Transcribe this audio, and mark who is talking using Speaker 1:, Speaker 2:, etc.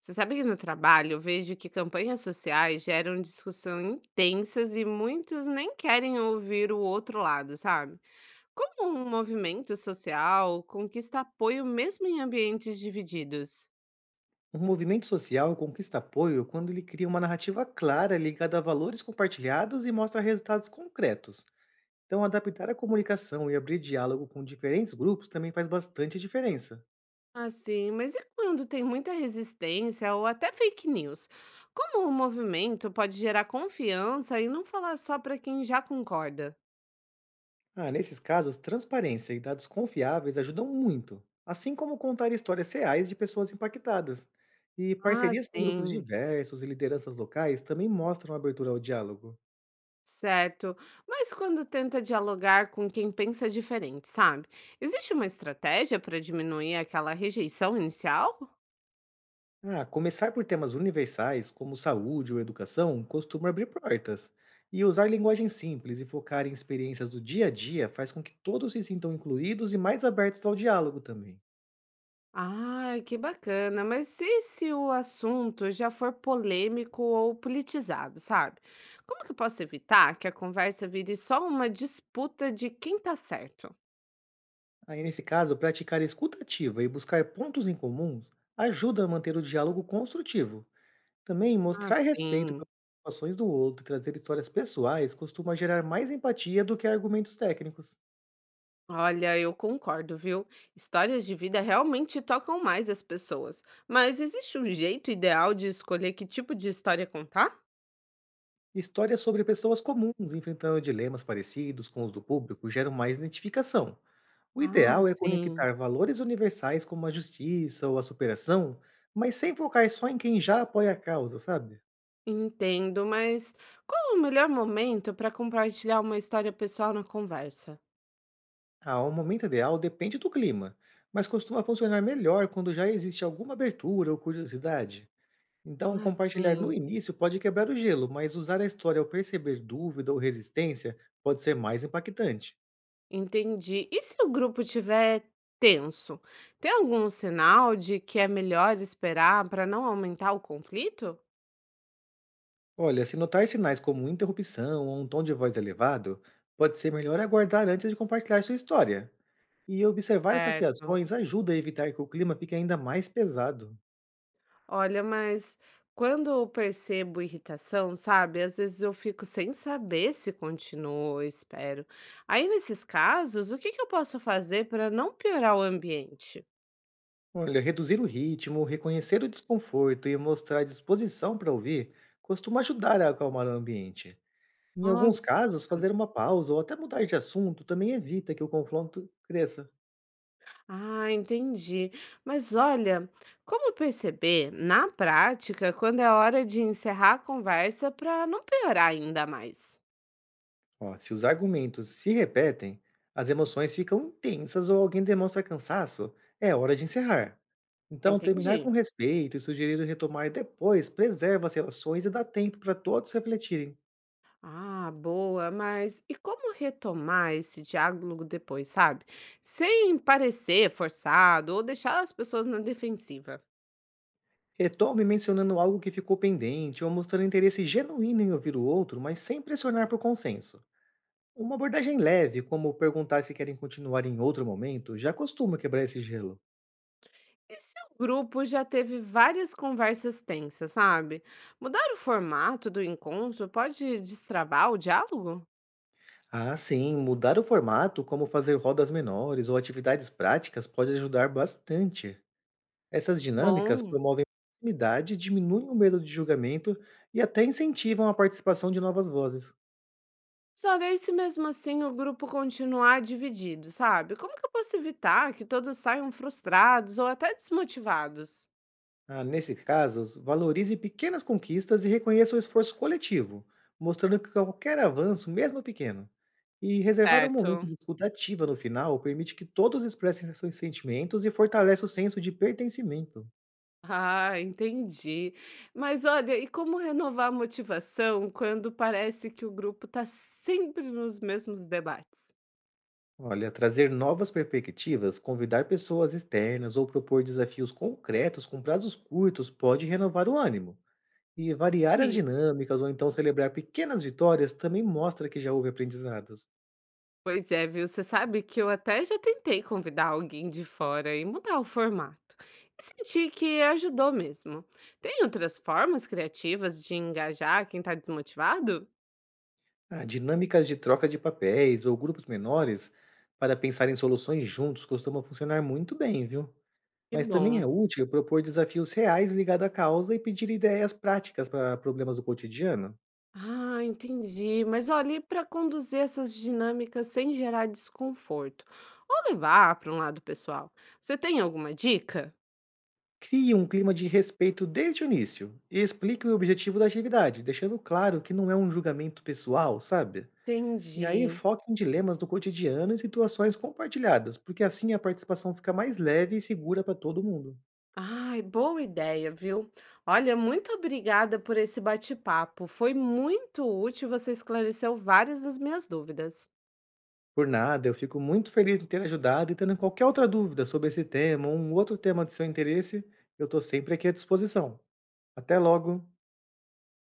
Speaker 1: Você sabe que no trabalho eu vejo que campanhas sociais geram discussão intensas e muitos nem querem ouvir o outro lado, sabe? Como um movimento social conquista apoio mesmo em ambientes divididos?
Speaker 2: Um movimento social conquista apoio quando ele cria uma narrativa clara ligada a valores compartilhados e mostra resultados concretos. Então, adaptar a comunicação e abrir diálogo com diferentes grupos também faz bastante diferença.
Speaker 1: Assim, mas e quando tem muita resistência ou até fake news? Como o movimento pode gerar confiança e não falar só para quem já concorda?
Speaker 2: Ah, nesses casos, transparência e dados confiáveis ajudam muito, assim como contar histórias reais de pessoas impactadas. E
Speaker 1: Ah,
Speaker 2: parcerias com grupos
Speaker 1: sim.
Speaker 2: diversos e lideranças locais também mostram abertura ao diálogo.
Speaker 1: Certo. Mas quando tenta dialogar com quem pensa diferente, sabe? Existe uma estratégia para diminuir aquela rejeição inicial?
Speaker 2: Ah, começar por temas universais, como saúde ou educação, costuma abrir portas. E usar linguagem simples e focar em experiências do dia a dia faz com que todos se sintam incluídos e mais abertos ao diálogo também.
Speaker 1: Ai, que bacana. Mas e se o assunto já for polêmico ou politizado, sabe? Como que eu posso evitar que a conversa vire só uma disputa de quem tá certo?
Speaker 2: Aí, nesse caso, praticar escuta ativa e buscar pontos em comuns ajuda a manter o diálogo construtivo. Também
Speaker 1: Ah,
Speaker 2: mostrar respeito
Speaker 1: sim.
Speaker 2: pelas preocupações do outro e trazer histórias pessoais costuma gerar mais empatia do que argumentos técnicos.
Speaker 1: Olha, eu concordo, viu? Histórias de vida realmente tocam mais as pessoas. Mas existe um jeito ideal de escolher que tipo de história contar?
Speaker 2: Histórias sobre pessoas comuns enfrentando dilemas parecidos com os do público geram mais identificação. O
Speaker 1: Ah,
Speaker 2: ideal é
Speaker 1: sim.
Speaker 2: conectar valores universais como a justiça ou a superação, mas sem focar só em quem já apoia a causa, sabe?
Speaker 1: Entendo, mas qual é o melhor momento para compartilhar uma história pessoal na conversa?
Speaker 2: Ah, o momento ideal depende do clima, mas costuma funcionar melhor quando já existe alguma abertura ou curiosidade. Então,
Speaker 1: Ah,
Speaker 2: compartilhar no
Speaker 1: sim.
Speaker 2: início pode quebrar o gelo, mas usar a história ao perceber dúvida ou resistência pode ser mais impactante.
Speaker 1: Entendi. E se o grupo tiver tenso? Tem algum sinal de que é melhor esperar para não aumentar o conflito?
Speaker 2: Olha, se notar sinais como interrupção ou um tom de voz elevado, pode ser melhor aguardar antes de compartilhar sua história. E observar essas
Speaker 1: Certo.
Speaker 2: reações ajuda a evitar que o clima fique ainda mais pesado.
Speaker 1: Olha, mas quando eu percebo irritação, sabe? Às vezes eu fico sem saber se continuo ou espero. Aí, nesses casos, o que que eu posso fazer para não piorar o ambiente?
Speaker 2: Olha, reduzir o ritmo, reconhecer o desconforto e mostrar disposição para ouvir costuma ajudar a acalmar o ambiente. Em
Speaker 1: Olha,
Speaker 2: alguns casos, fazer uma pausa ou até mudar de assunto também evita que o confronto cresça.
Speaker 1: ah, entendi. Mas olha, como perceber na prática quando é hora de encerrar a conversa para não piorar ainda mais?
Speaker 2: Ó, se os argumentos se repetem, as emoções ficam intensas ou alguém demonstra cansaço, é hora de encerrar. Então, terminar
Speaker 1: Entendi.
Speaker 2: com respeito e sugerir retomar depois preserva as relações e dá tempo para todos refletirem.
Speaker 1: Ah, boa, mas e como retomar esse diálogo depois, sabe? Sem parecer forçado ou deixar as pessoas na defensiva.
Speaker 2: Retome mencionando algo que ficou pendente ou mostrando interesse genuíno em ouvir o outro, mas sem pressionar por consenso. Uma abordagem leve, como perguntar se querem continuar em outro momento, já costuma quebrar esse gelo.
Speaker 1: E se o grupo já teve várias conversas tensas, sabe? Mudar o formato do encontro pode destravar o diálogo?
Speaker 2: Ah, sim, mudar o formato, como fazer rodas menores ou atividades práticas, pode ajudar bastante. Essas dinâmicas
Speaker 1: Bom.
Speaker 2: promovem proximidade, diminuem o medo de julgamento e até incentivam a participação de novas vozes.
Speaker 1: Só que aí, se mesmo assim o grupo continuar dividido, sabe? Como que eu posso evitar que todos saiam frustrados ou até desmotivados?
Speaker 2: Ah, nesses casos, valorize pequenas conquistas e reconheça o esforço coletivo, mostrando que qualquer avanço, mesmo pequeno, e reservar um momento
Speaker 1: Certo.
Speaker 2: de escuta ativa no final permite que todos expressem seus sentimentos e fortalece o senso de pertencimento.
Speaker 1: Ah, entendi. Mas olha, e como renovar a motivação quando parece que o grupo está sempre nos mesmos debates?
Speaker 2: Olha, trazer novas perspectivas, convidar pessoas externas ou propor desafios concretos com prazos curtos pode renovar o ânimo. E variar as
Speaker 1: Sim.
Speaker 2: dinâmicas ou então celebrar pequenas vitórias também mostra que já houve aprendizados.
Speaker 1: Pois é, viu? Você sabe que eu até já tentei convidar alguém de fora e mudar o formato. E senti que ajudou mesmo. Tem outras formas criativas de engajar quem está desmotivado?
Speaker 2: Ah, dinâmicas de troca de papéis ou grupos menores para pensar em soluções juntos costuma funcionar muito bem, viu?
Speaker 1: Que
Speaker 2: Mas também
Speaker 1: bom.
Speaker 2: é útil propor desafios reais ligados à causa e pedir ideias práticas para problemas do cotidiano.
Speaker 1: Ah, entendi. Mas olhe para conduzir essas dinâmicas sem gerar desconforto ou levar para um lado pessoal, você tem alguma dica?
Speaker 2: Crie um clima de respeito desde o início e explique o objetivo da atividade, deixando claro que não é um julgamento pessoal, sabe? E aí
Speaker 1: Entendi.
Speaker 2: foque em dilemas do cotidiano e situações compartilhadas, porque assim a participação fica mais leve e segura para todo mundo.
Speaker 1: Ai, boa ideia, viu? Olha, muito obrigada por esse bate-papo. Foi muito útil, você esclareceu várias das minhas dúvidas.
Speaker 2: Por nada, eu fico muito feliz em ter ajudado e tendo qualquer outra dúvida sobre esse tema ou um outro tema de seu interesse, eu estou sempre aqui à disposição. Até logo!